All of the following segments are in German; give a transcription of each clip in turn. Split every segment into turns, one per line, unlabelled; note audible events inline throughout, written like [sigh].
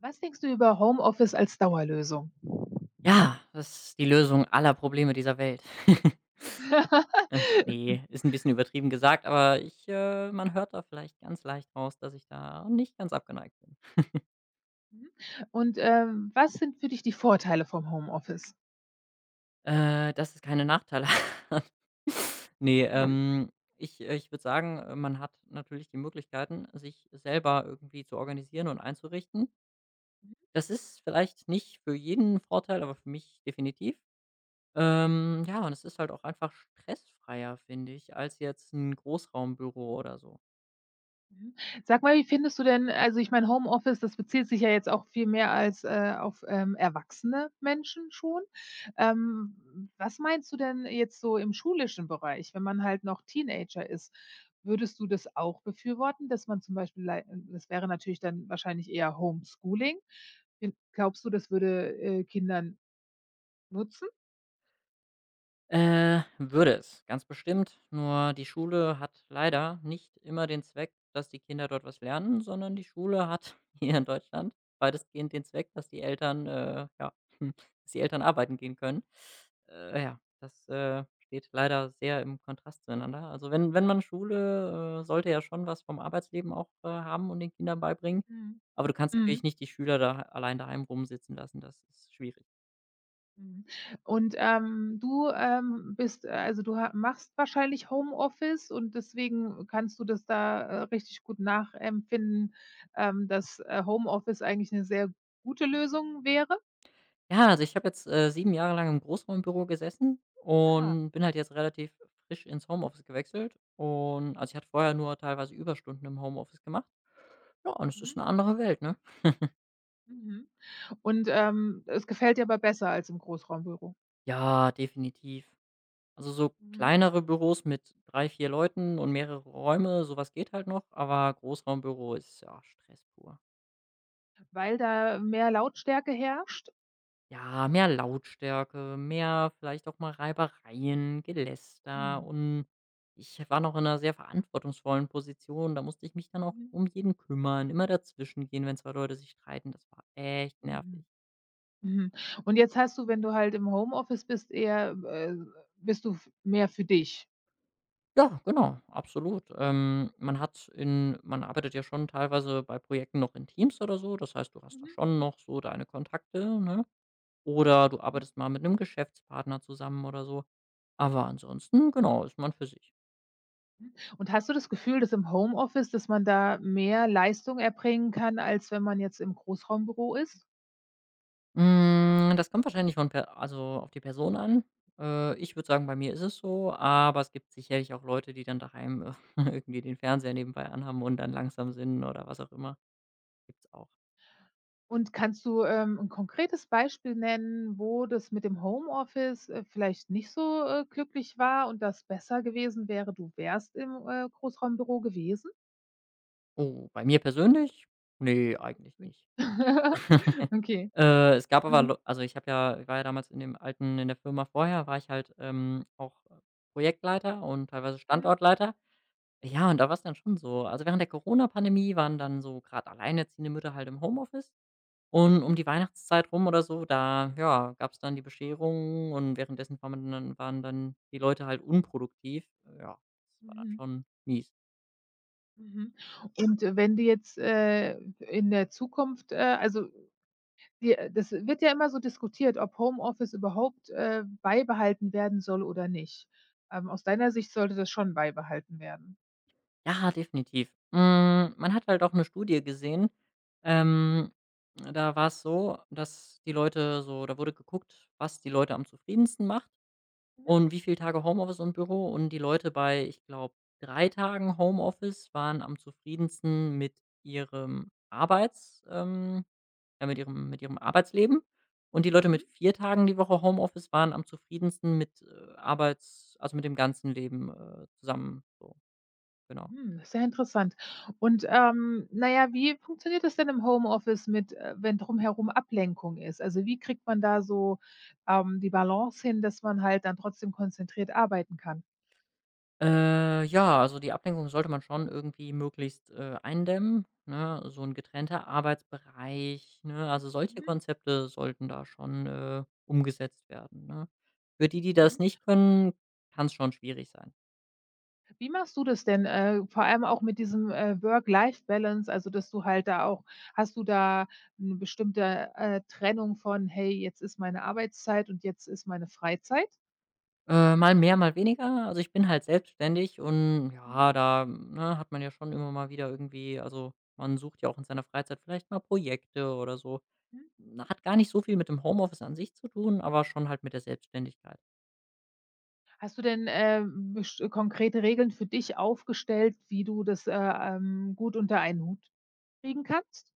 Was denkst du über Homeoffice als Dauerlösung?
Ja, das ist die Lösung aller Probleme dieser Welt. [laughs] Ne, ist ein bisschen übertrieben gesagt, aber ich man hört da vielleicht ganz leicht raus, dass ich da nicht ganz abgeneigt bin.
Mhm. Und, was sind für dich die Vorteile vom Homeoffice?
Dass es keine Nachteile [laughs] hat. Ne,
Mhm,
ich würde sagen, man hat natürlich die Möglichkeiten, sich selber irgendwie zu organisieren und einzurichten. Das ist vielleicht nicht für jeden 'n Vorteil, aber für mich definitiv. Ja, und es ist halt auch einfach stressfreier, finde ich, als jetzt ein Großraumbüro oder so.
mhm. Sag mal, wie findest du denn also ich meine, Homeoffice, das bezieht sich ja jetzt auch viel mehr als, auf, erwachsene Menschen schon. Was meinst du denn jetzt so im schulischen Bereich, wenn man halt noch Teenager ist? Würdest du das auch befürworten, dass man zum Beispiel lei das wäre natürlich dann wahrscheinlich eher Homeschooling. Fin Glaubst du, das würde, Kindern nutzen?
Würde es, ganz bestimmt. Nur die Schule hat leider nicht immer den Zweck, dass die Kinder dort was lernen, sondern die Schule hat [laughs] hier in Deutschland weitestgehend den Zweck, dass die Eltern, ja, [laughs] dass die Eltern arbeiten gehen können. Ja, das steht leider sehr im Kontrast zueinander. Also wenn man Schule sollte ja schon was vom Arbeitsleben auch haben und den Kindern beibringen.
Mhm.
Aber du kannst natürlich
Mhm.
nicht die Schüler da allein daheim rumsitzen lassen. Das ist schwierig.
Mhm. Und, du, bist also, du ha machst wahrscheinlich Homeoffice und deswegen kannst du das da, richtig gut nachempfinden, dass, Homeoffice eigentlich eine sehr gute Lösung wäre?
Ja, also ich habe jetzt, 7 Jahre lang im Großraumbüro gesessen
Aha.
und bin halt jetzt relativ frisch ins Homeoffice gewechselt und also ich hatte vorher nur teilweise Überstunden im Homeoffice gemacht. Ja, und es
Mhm.
ist eine andere Welt, ne?
Mhm. Und, es gefällt dir aber besser als im Großraumbüro?
Ja, definitiv. Also so
Mhm.
kleinere Büros mit 3 4 Leuten und mehrere Räume, sowas geht halt noch, aber Großraumbüro ist, ja, Stress pur.
Weil da mehr Lautstärke herrscht?
Ja, mehr Lautstärke, mehr vielleicht auch mal Reibereien, Geläster
Mhm.
und ich war noch in einer sehr verantwortungsvollen Position. Da musste ich mich dann auch
Mhm.
um jeden kümmern, immer dazwischen gehen wenn 2 Leute sich streiten. Das war echt nervig.
Mhm. Mhm. Und jetzt hast du, wenn du halt im Homeoffice bist, eher bist du f mehr für dich?
Ja, genau, absolut. Man hat in man arbeitet ja schon teilweise bei Projekten noch in Teams oder so. Das heißt, du hast da
Mhm,
schon noch so deine Kontakte, ne? Oder du
mhm,
arbeitest mal mit einem Geschäftspartner zusammen oder so. Aber ansonsten, genau, ist man für sich.
mhm. Und hast du das Gefühl, dass im Homeoffice dass man da mehr Leistung erbringen kann, als wenn man jetzt im Großraumbüro ist?
Hm, das kommt wahrscheinlich von per also, auf die Person an. Ich würde sagen, bei mir ist es so, aber es gibt sicherlich auch Leute, die dann daheim [laughs] irgendwie den Fernseher nebenbei anhaben und dann langsam sind oder was auch immer. Gibt's auch.
Und kannst du, 'n konkretes Beispiel nennen, wo das mit dem Homeoffice, vielleicht nicht so, glücklich war und das besser gewesen wäre, du wärst im, Großraumbüro gewesen?
Oh, bei mir persönlich? Ne, eigentlich nicht.
[laughs]
[laughs]
Okay.
Es gab aber
Mhm.
Ich habe ja ich war ja damals in dem alten in der Firma vorher war ich halt, auch Projektleiter und teilweise
Mhm.
Standortleiter. Ja, und da war es dann schon so. Also, während der Corona-Pandemie waren dann so grad alleinerziehende Mütter halt im Homeoffice. Und um
Mhm.
die Weihnachtszeit rum oder so, da, ja, gab es dann die Bescherung und währenddessen war man dann waren dann die Leute halt unproduktiv. Ja, das war
Mhm.
dann
Mhm.
schon mies.
Mhm. Und wenn du jetzt, in der Zukunft, also, die das wird ja immer so diskutiert, ob Homeoffice überhaupt, beibehalten werden soll oder nicht. Aus deiner Sicht sollte das schon beibehalten werden.
Ja, definitiv. Hm, man hat halt auch eine Studie gesehen,
Mhm,
ähm, da war es so, dass die Leute so da wurde geguckt, was die Leute am zufriedensten macht. Und wie viele Tage Homeoffice und Büro? Und die Leute bei, ich glaube, 3 Tagen Homeoffice waren am zufriedensten mit ihrem Arbeits ja, mit ihrem Arbeitsleben. Und die Leute mit
mhm,
4 Tagen die Woche Homeoffice waren am zufriedensten mit, mit dem ganzen Leben, zusammen so, genau.
mhm, mhm, sehr interessant. Und, na ja, wie funktioniert das denn im Homeoffice mit, wenn drumherum Ablenkung ist? Also, wie kriegt man da so, die Balance hin, dass man halt dann trotzdem konzentriert arbeiten kann?
Ja, also die Ablenkung sollte man schon irgendwie möglichst, eindämmen, ne? So ein getrennter Arbeitsbereich, ne? Also, solche
Mhm,
Konzepte sollten da schon, umgesetzt werden, ne? Für die, die
mhm.
das nicht können, kann es schon schwierig sein.
Wie machst du das denn, vor allem auch mit diesem, Work-Life-Balance, also, dass du halt da auch hast du da eine bestimmte, Trennung von: „Hey, jetzt ist meine Arbeitszeit und jetzt ist meine Freizeit?"
Mal mehr, mal weniger. Also, ich bin halt selbstständig und
Mhm,
ja, da, ne, hat man ja schon immer mal wieder man sucht ja auch in seiner Freizeit vielleicht mal Projekte oder so.
mhm.
Hat gar nicht so viel mit dem Homeoffice an sich zu tun, aber schon halt mit der Selbstständigkeit.
Hast du denn, best konkrete Regeln für dich aufgestellt, wie du das, gut unter einen Hut kriegen kannst?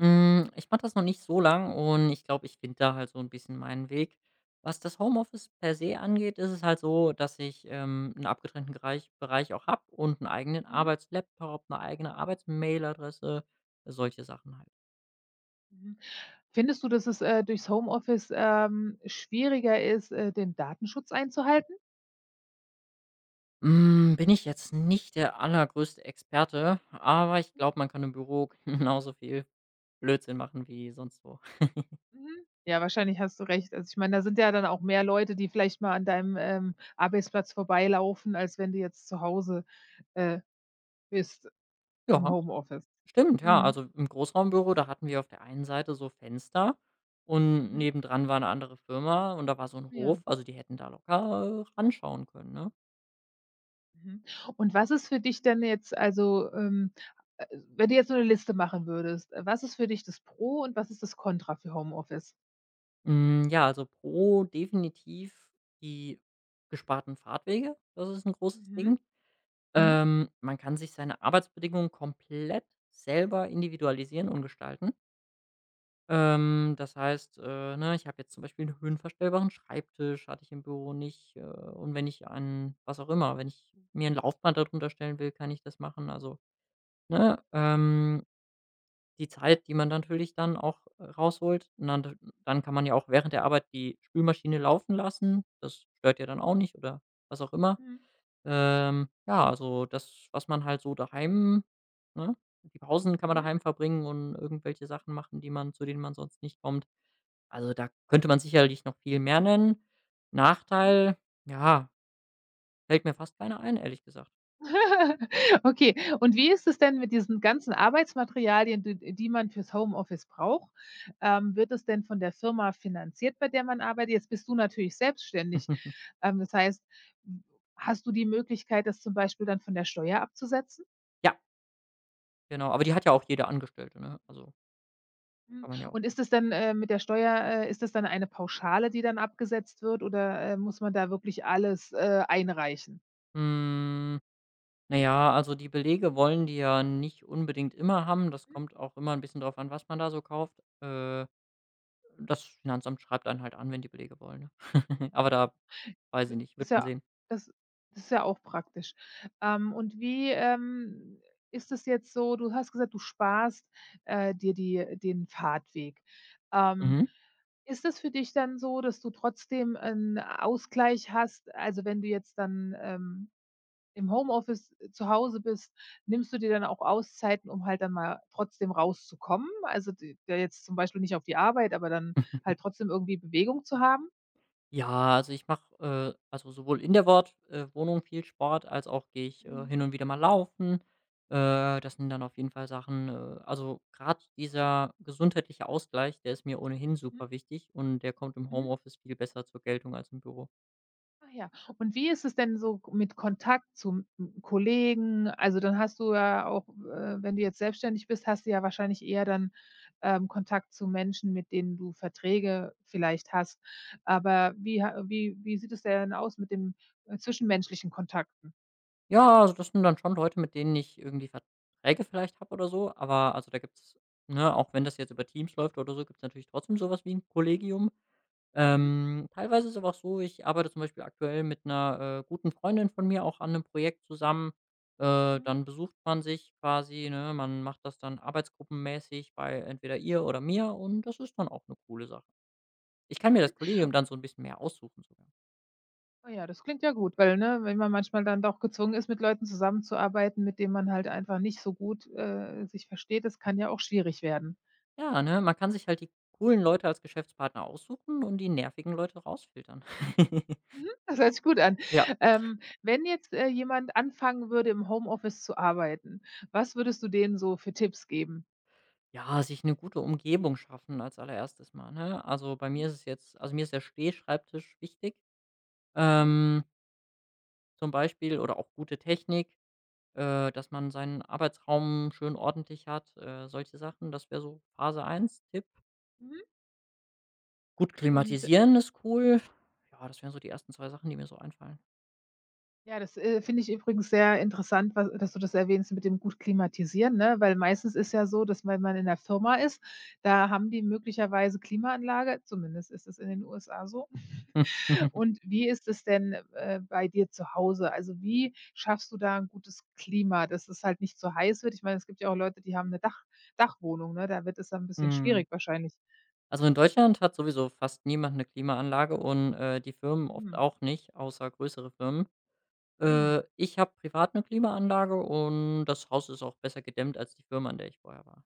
Hm, ich mache das noch nicht so lang und ich glaube, ich finde da halt so ein bisschen meinen Weg. Was das Homeoffice per se angeht, ist es halt so, dass ich, 'n abgetrennten Greich Bereich auch habe und einen eigenen
Mhm,
Arbeitslaptop, eine eigene Arbeitsmailadresse, solche Sachen halt.
mhm. Findest du, dass es, durchs Homeoffice, schwieriger ist, den Datenschutz einzuhalten?
Hm, bin ich jetzt nicht der allergrößte Experte, aber ich glaube, man kann im Büro [laughs] genauso viel Blödsinn machen wie sonst wo.
Mhm. Ja, wahrscheinlich hast du recht. Also, ich meine, da sind ja dann auch mehr Leute, die vielleicht mal an deinem, Arbeitsplatz vorbeilaufen, als wenn du jetzt zu Hause, äh, bist im
Ja.
Homeoffice.
Stimmt, ja.
Mhm.
Also im Großraumbüro, da hatten wir auf der einen Seite so Fenster und
Mhm.
nebendran war eine andere Firma und da war so ein
Ja.
Hof, also die hätten da locker, ranschauen können, ne?
Mhm. Und was ist für dich denn jetzt also, äh, wenn du jetzt so eine Liste machen würdest, was ist für dich das Pro und was ist das Kontra für Homeoffice?
Hm, ja, also pro definitiv die gesparten Fahrtwege, das ist ein großes
Mhm.
Ding.
Mhm.
Man kann sich seine Arbeitsbedingungen komplett selber individualisieren und gestalten. Das heißt, ne, ich habe jetzt zum Beispiel einen höhenverstellbaren Schreibtisch, hatte ich im Büro nicht, und wenn ich an was auch immer wenn ich mir 'n Laufband da drunter stellen will, kann ich das machen. Also, ne, die Zeit, die man dann natürlich dann auch, rausholt und dann kann man ja auch während der Arbeit die Spülmaschine laufen lassen. Das stört ja dann auch nicht oder was auch immer.
Mhm.
Ja, also das, was man halt so daheim ne, die Pausen kann man
Mhm.
daheim verbringen und irgendwelche Sachen machen, die man zu denen man sonst nicht kommt. Also, da könnte man sicherlich noch viel mehr nennen.
Mhm.
Nachteil, ja, fällt mir fast keiner ein, ehrlich gesagt.
[laughs] Okay, und wie ist es denn mit diesen ganzen Arbeitsmaterialien, d die man fürs Homeoffice braucht? Wird es denn von der Firma finanziert, bei der man arbeitet? Jetzt bist du natürlich selbstständig.
[laughs]
Das heißt, hm, hast du die Möglichkeit, das zum Beispiel dann von der Steuer abzusetzen?
Ja, genau, aber die hat ja auch jede Angestellte, ne? Also, kann man ja auch
Und ist es dann, mit der Steuer ist das dann eine Pauschale, die dann abgesetzt wird oder, muss man da wirklich alles, einreichen?
Hm, na ja, also, die Belege wollen die ja nicht unbedingt immer haben. Das kommt auch immer ein bisschen drauf an, was man da so kauft. Äh, das Finanzamt schreibt einen halt an, wenn die Belege wollen, ne? [laughs] Aber
Mhm.
da weiß ich nicht,
Ist
wird man
ja
sehen.
das das ist ja auch praktisch. Und wie, ist es jetzt so du hast gesagt, du sparst, dir die den Fahrtweg. Ähm,
Mhm.
Ist das für dich dann so, dass du trotzdem 'n Ausgleich hast? Also, wenn du jetzt dann, im Homeoffice zu Hause bist, nimmst du dir dann auch Auszeiten, um halt dann mal trotzdem rauszukommen? Also, d ja jetzt zum Beispiel nicht auf die Arbeit, aber dann
[laughs]
halt trotzdem irgendwie Bewegung zu haben?
Ja, also ich mache, also sowohl in der Wort Wohnung viel Sport, als auch gehe ich
Mhm,
hin und wieder mal laufen. Das sind dann auf jeden Fall Sachen, also gerade dieser gesundheitliche Ausgleich, der ist mir ohnehin
mhm,
super wichtig und der kommt im
mhm.
Homeoffice viel besser zur Geltung als im Büro.
Ah ja. Und wie ist es denn so mit Kontakt zu m Kollegen? Also, dann hast du ja auch, wenn du jetzt selbstständig bist, hast du ja wahrscheinlich eher dann, Kontakt zu Menschen, mit denen du Verträge vielleicht hast. Aber wie ha wie wie sieht es denn aus mit dem, zwischenmenschlichen Kontakten?
Ja, also das sind dann schon Leute, mit denen ich irgendwie Verträge vielleicht habe oder so, aber also da gibt's, ne, auch wenn das jetzt über Teams läuft oder so, gibt es natürlich trotzdem sowas wie ein Kollegium.
Mhm,
Teilweise ist es aber auch so, ich arbeite zum Beispiel aktuell mit einer guten Freundin von mir auch an einem Projekt zusammen.
mhm,
Dann besucht man sich quasi, ne? Man macht das dann arbeitsgruppenmäßig bei entweder ihr oder mir und das ist dann auch eine coole Sache. Ich kann mir
mhm.
das Kollegium dann so ein bisschen mehr aussuchen sogar.
Ah ja, das klingt ja gut, weil, ne, wenn man manchmal dann doch gezwungen ist, mit Leuten zusammenzuarbeiten, mit denen man halt einfach nicht so gut, sich versteht, das kann ja auch schwierig werden.
Ja, ne? Man kann sich halt die coolen Leute als Geschäftspartner aussuchen und die nervigen Leute rausfiltern. [laughs]
Mhm, das hört sich gut an.
Ja.
Wenn jetzt, jemand anfangen würde, im Homeoffice zu arbeiten, was würdest du denen so für Tipps geben?
Ja, sich eine gute Umgebung schaffen als allererstes Mal, ne? Also, bei mir
Mhm,
ist es mir ist der Stehschreibtisch wichtig.
mhm,
Ähm zum Beispiel oder auch gute Technik, dass man seinen Arbeitsraum schön ordentlich hat, solche Sachen. Das wäre so Phase eins Tipp.
mhm.
Gut
Und
klimatisieren ist cool. Ja, das wären so die ersten 2 Sachen, die mir so einfallen.
ja, das, finde ich übrigens sehr interessant, was dass du das erwähnst mit dem gut klimatisieren, ne? Weil meistens ist ja so, dass wenn man in der Firma ist, da haben die möglicherweise Klimaanlage, zumindest ist es in den USA so.
[laughs]
Und wie ist es denn, bei dir zu Hause? Also, wie schaffst du da ein gutes Klima, dass es halt nicht zu heiß wird? Ich meine, es gibt ja auch Leute, die haben eine Dachwohnung, ne? Da wird es dann ein bisschen
Mhm.
schwierig wahrscheinlich.
Also, in Deutschland hat sowieso fast niemand eine Klimaanlage und, die Firmen oft
Mhm,
auch nicht, außer größere Firmen.
mhm.
Ich habe privat eine Klimaanlage und das Haus ist auch besser gedämmt als die Firma, an der ich vorher war.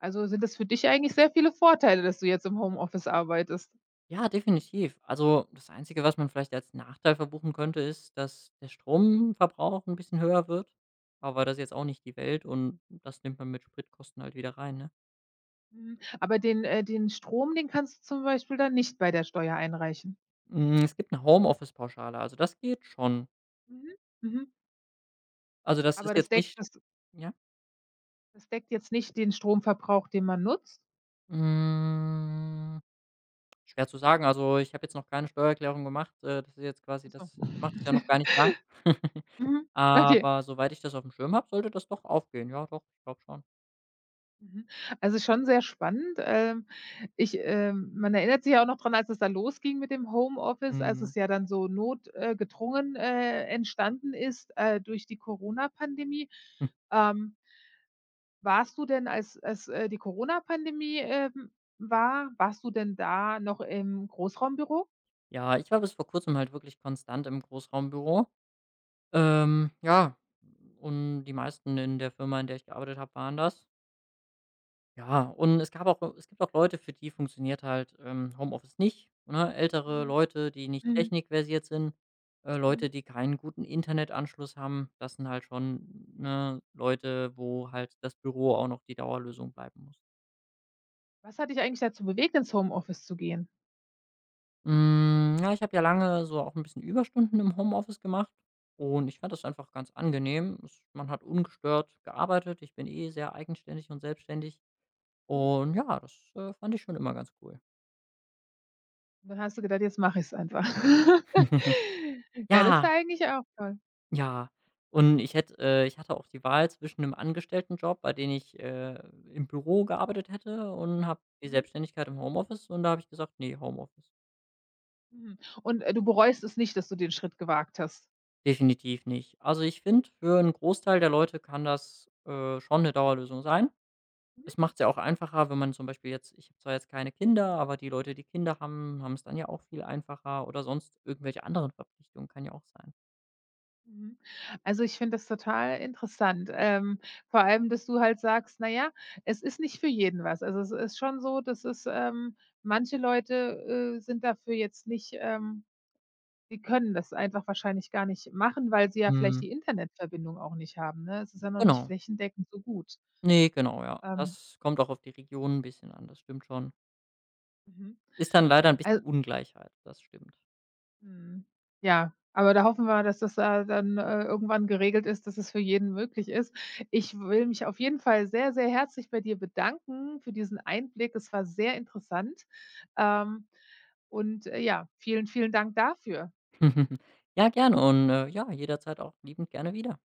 Also, sind das für dich eigentlich sehr viele Vorteile, dass du jetzt im Homeoffice arbeitest.
Ja, definitiv. Also, das Einzige, was man vielleicht als Nachteil verbuchen könnte, ist, dass der Stromverbrauch ein bisschen höher wird, aber das ist jetzt auch nicht die Welt und das nimmt man mit Spritkosten halt wieder rein, ne?
Mhm. Aber den Strom, den kannst du zum Beispiel dann nicht bei der Steuer einreichen?
Hm, es gibt eine Homeoffice-Pauschale, also das geht schon.
Mhm, mhm.
Also, das
Aber
ist jetzt nicht ja?
das deckt jetzt nicht den Stromverbrauch, den man nutzt?
Hm, schwer zu sagen. Also, ich habe jetzt noch keine Steuererklärung gemacht. Das ist jetzt quasi
Ach so.
das ich mache das ja noch gar nicht lang.
[laughs]
[laughs]
Mhm, okay.
Aber soweit ich das auf dem Schirm habe, sollte das doch aufgehen. Ja, doch, ich glaube schon.
Mhm. Also, schon sehr spannend. Man erinnert sich ja auch noch dran, als es da losging mit dem Homeoffice, als
Mhm.
es ja dann so notgedrungen gedrungen, entstanden ist, durch die Corona-Pandemie. Ähm, Warst du denn, als die Corona-Pandemie, warst du denn da noch im Großraumbüro?
Ja, ich war bis vor Kurzem halt wirklich konstant im Großraumbüro. Ja, und die meisten in der Firma, in der ich gearbeitet habe, waren das. Ja, und es gibt auch Leute, für die funktioniert halt, Homeoffice nicht, ne? Ältere
Mhm.
Leute, die nicht
Mhm.
technikversiert sind,
Mhm.
Leute, die keinen guten Internetanschluss haben. Das sind halt schon, ne, Leute, wo halt das Büro auch noch die Dauerlösung bleiben muss.
Was hat dich eigentlich dazu bewegt, ins Homeoffice zu gehen?
Hm, ja, ich habe ja lange so auch ein bisschen Überstunden im Homeoffice gemacht und ich fand das einfach ganz angenehm. Es Man hat ungestört gearbeitet. Ich bin eh sehr eigenständig und selbstständig
Mhm.
und ja, das, fand ich schon immer ganz cool.
Und dann hast du gedacht: „Jetzt mache ich es einfach." [laughs]
[laughs]
Ja, das
Ja,
war eigentlich auch toll.
ja. Und ich hatte auch die Wahl zwischen einem Angestelltenjob, bei dem ich, im Büro gearbeitet hätte und habe die
Mhm.
Selbstständigkeit im Homeoffice und da habe ich gesagt: nee Homeoffice.
Mhm. Und, du bereust es nicht, dass du den Schritt gewagt hast?
Definitiv nicht.“ Also, ich finde, für einen Großteil der Leute kann das, schon eine Dauerlösung sein.
Mhm,
Es macht es ja auch einfacher, wenn man zum Beispiel jetzt ich habe zwar jetzt keine Kinder, aber die Leute, die Kinder haben, haben es dann ja auch viel einfacher oder sonst irgendwelche anderen Verpflichtungen, kann ja auch sein.
mhm. Also, ich finde das total interessant. Vor allem, dass du halt sagst: „Na ja, es ist nicht für jeden was." Also, es ist schon so, manche Leute, sind dafür jetzt nicht, die können das einfach wahrscheinlich gar nicht machen, weil sie ja vielleicht
Mhm.
die Internetverbindung auch nicht haben, ne? Es ist ja noch nicht
Genau.
flächendeckend so gut.
Ne, genau, ja.
Ähm,
Das kommt auch auf die Region 'n bisschen an, das stimmt schon.
mhm.
Ist dann leider ein bisschen Ungleichheit, das stimmt.
Mhm. Ja, aber da hoffen wir, dass das, dann, irgendwann geregelt ist, dass es für jeden möglich ist. Ich will mich auf jeden Fall sehr, sehr herzlich bei dir bedanken für diesen Einblick. Es war sehr interessant. Ähm, und, ja, vielen, vielen Dank dafür.
[laughs] Ja, gerne und, ja, jederzeit auch liebend gerne wieder.